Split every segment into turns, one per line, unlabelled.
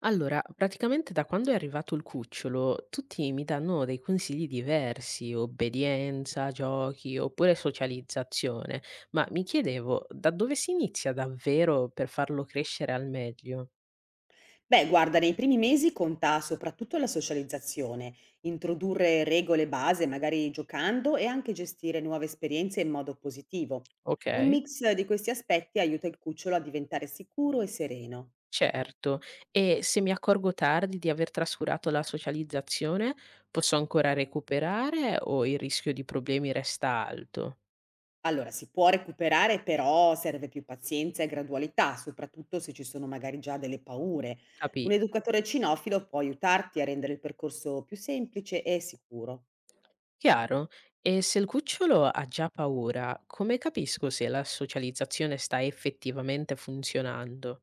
Allora, praticamente da quando è arrivato il cucciolo, tutti mi danno dei consigli diversi, obbedienza, giochi oppure socializzazione, ma mi chiedevo da dove si inizia davvero per farlo crescere al meglio?
Beh, guarda, nei primi mesi conta soprattutto la socializzazione, introdurre regole base, magari giocando, e anche gestire nuove esperienze in modo positivo.
Ok.
Un mix di questi aspetti aiuta il cucciolo a diventare sicuro e sereno.
Certo, e se mi accorgo tardi di aver trascurato la socializzazione, posso ancora recuperare o il rischio di problemi resta alto?
Allora, si può recuperare, però serve più pazienza e gradualità, soprattutto se ci sono magari già delle paure. Un
Capito?
educatore cinofilo può aiutarti a rendere il percorso più semplice e sicuro.
Chiaro. E se il cucciolo ha già paura, come capisco se la socializzazione sta effettivamente funzionando?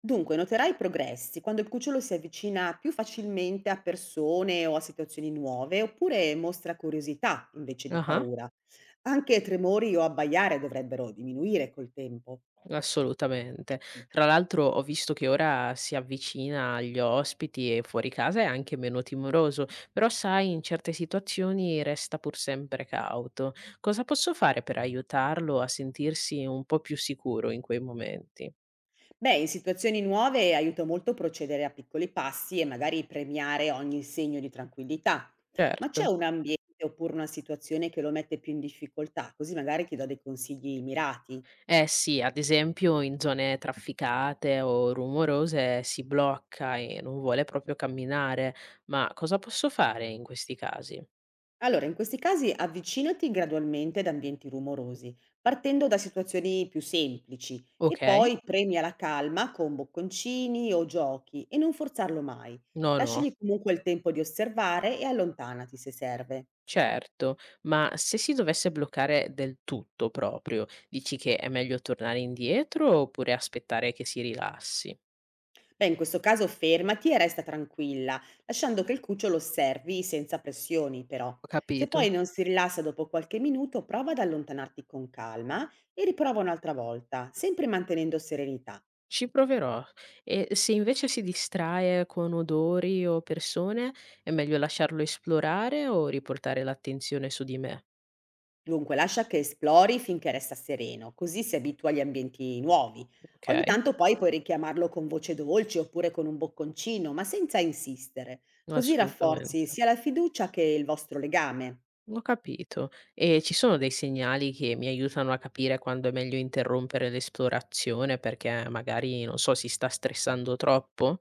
Dunque, noterai progressi quando il cucciolo si avvicina più facilmente a persone o a situazioni nuove, oppure mostra curiosità invece di
Ah,
paura. Anche tremori o abbaiare dovrebbero diminuire col tempo.
assolutamente. Tra l'altro ho visto che ora si avvicina agli ospiti e fuori casa è anche meno timoroso, però sai, in certe situazioni resta pur sempre cauto. Cosa posso fare per aiutarlo a sentirsi un po' più sicuro in quei momenti?
Beh, in situazioni nuove aiuta molto procedere a piccoli passi e magari premiare ogni segno di tranquillità. Ma c'è
Certo.
un ambiente oppure una situazione che lo mette più in difficoltà, così magari ti do dei consigli mirati.
Eh sì, ad esempio in zone trafficate o rumorose si blocca e non vuole proprio camminare, ma cosa posso fare in questi casi?
Allora, in questi casi avvicinati gradualmente ad ambienti rumorosi, partendo da situazioni più semplici e
Ok?
poi premia la calma con bocconcini o giochi e non forzarlo mai.
No, no,
Lasciagli comunque il tempo di osservare e allontanati se serve.
certo, ma se si dovesse bloccare del tutto proprio, dici che è meglio tornare indietro oppure aspettare che si rilassi?
Beh, in questo caso fermati e resta tranquilla, lasciando che il cucciolo osservi senza pressioni, però.
Ho
Se
capito.
poi non si rilassa dopo qualche minuto, prova ad allontanarti con calma e riprova un'altra volta, sempre mantenendo serenità.
Ci proverò. E se invece si distrae con odori o persone, è meglio lasciarlo esplorare o riportare l'attenzione su di me?
Dunque, lascia che esplori finché resta sereno, così si abitua agli ambienti nuovi. Ogni
Okay,
tanto poi puoi richiamarlo con voce dolce oppure con un bocconcino, ma senza insistere. Così rafforzi
assolutamente.
sia la fiducia che il vostro legame.
Ho capito. E ci sono dei segnali che mi aiutano a capire quando è meglio interrompere l'esplorazione perché magari, non so, si sta stressando troppo?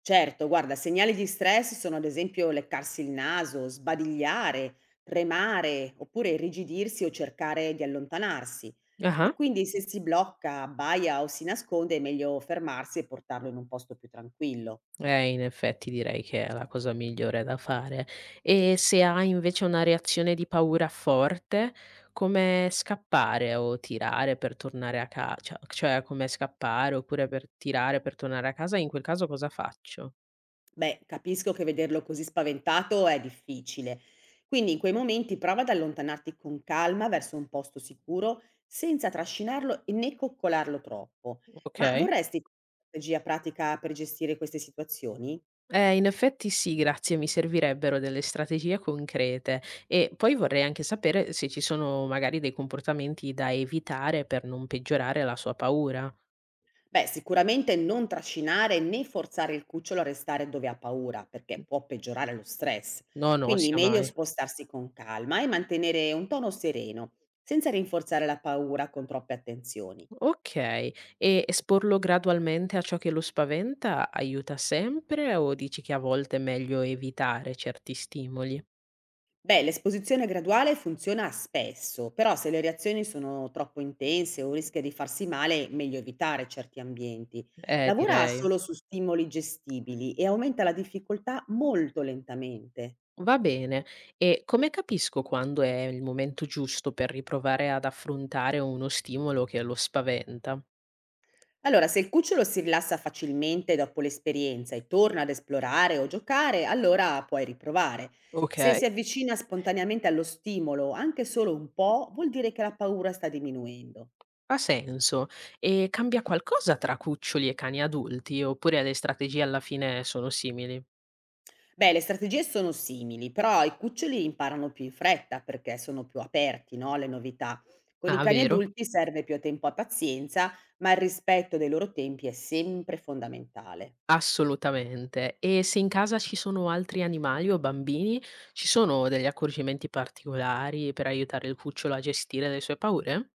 Certo, guarda, segnali di stress sono ad esempio leccarsi il naso, sbadigliare, tremare, oppure irrigidirsi o cercare di allontanarsi.
Ah-ah.
E quindi se si blocca, abbaia o si nasconde è meglio fermarsi e portarlo in un posto più tranquillo.
In effetti direi che è la cosa migliore da fare. E se ha invece una reazione di paura forte, come scappare o tirare per tornare a ca cioè cioè come scappare oppure per tirare per tornare a casa, in quel caso cosa faccio?
Beh, capisco che vederlo così spaventato è difficile. Quindi in quei momenti prova ad allontanarti con calma verso un posto sicuro, senza trascinarlo e né coccolarlo troppo. Ma
Okay.
vorresti una strategia pratica per gestire queste situazioni?
In effetti sì, grazie, mi servirebbero delle strategie concrete e poi vorrei anche sapere se ci sono magari dei comportamenti da evitare per non peggiorare la sua paura.
Beh, sicuramente non trascinare né forzare il cucciolo a restare dove ha paura, perché può peggiorare lo stress.
No, no,
Quindi
sia
meglio
mai.
spostarsi con calma e mantenere un tono sereno, senza rinforzare la paura con troppe attenzioni.
Ok, e esporlo gradualmente a ciò che lo spaventa aiuta sempre o dici che a volte è meglio evitare certi stimoli?
Beh, l'esposizione graduale funziona spesso, però se le reazioni sono troppo intense o rischia di farsi male, meglio evitare certi ambienti. Lavora
Direi.
solo su stimoli gestibili e aumenta la difficoltà molto lentamente.
Va bene. E come capisco quando è il momento giusto per riprovare ad affrontare uno stimolo che lo spaventa?
Allora, se il cucciolo si rilassa facilmente dopo l'esperienza e torna ad esplorare o giocare, allora puoi riprovare. Se
Okay,
si avvicina spontaneamente allo stimolo, anche solo un po', vuol dire che la paura sta diminuendo.
ha senso. E cambia qualcosa tra cuccioli e cani adulti, oppure le strategie alla fine sono simili?
Beh, le strategie sono simili, però i cuccioli imparano più in fretta perché sono più aperti, no, alle novità. Con i
Ah,
cani
vero?
adulti serve più tempo e pazienza, ma il rispetto dei loro tempi è sempre fondamentale.
Assolutamente. E se in casa ci sono altri animali o bambini, ci sono degli accorgimenti particolari per aiutare il cucciolo a gestire le sue paure?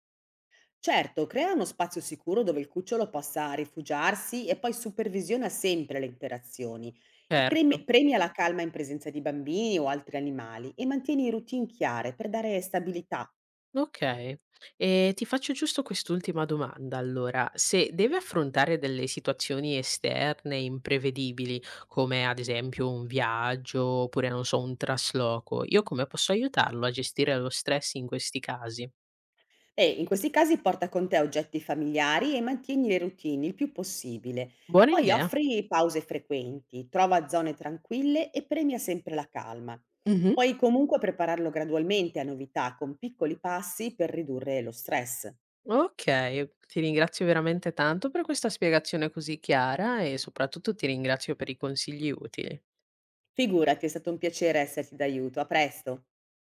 Certo, crea uno spazio sicuro dove il cucciolo possa rifugiarsi e poi supervisiona sempre le interazioni. E
Certo.
premia la calma in presenza di bambini o altri animali e mantieni routine chiare per dare stabilità.
Okay. Ti faccio giusto quest'ultima domanda allora: se deve affrontare delle situazioni esterne imprevedibili, come ad esempio un viaggio oppure, non so, un trasloco, io come posso aiutarlo a gestire lo stress in questi casi?
E in questi casi porta con te oggetti familiari e mantieni le routine il più possibile.
Buona
Poi
idea.
offri pause frequenti, trova zone tranquille e premia sempre la calma.
Mh-mh.
Puoi comunque prepararlo gradualmente a novità con piccoli passi per ridurre lo stress.
Okay, ti ringrazio veramente tanto per questa spiegazione così chiara e soprattutto ti ringrazio per i consigli utili.
Figurati, è stato un piacere esserti d'aiuto. A presto.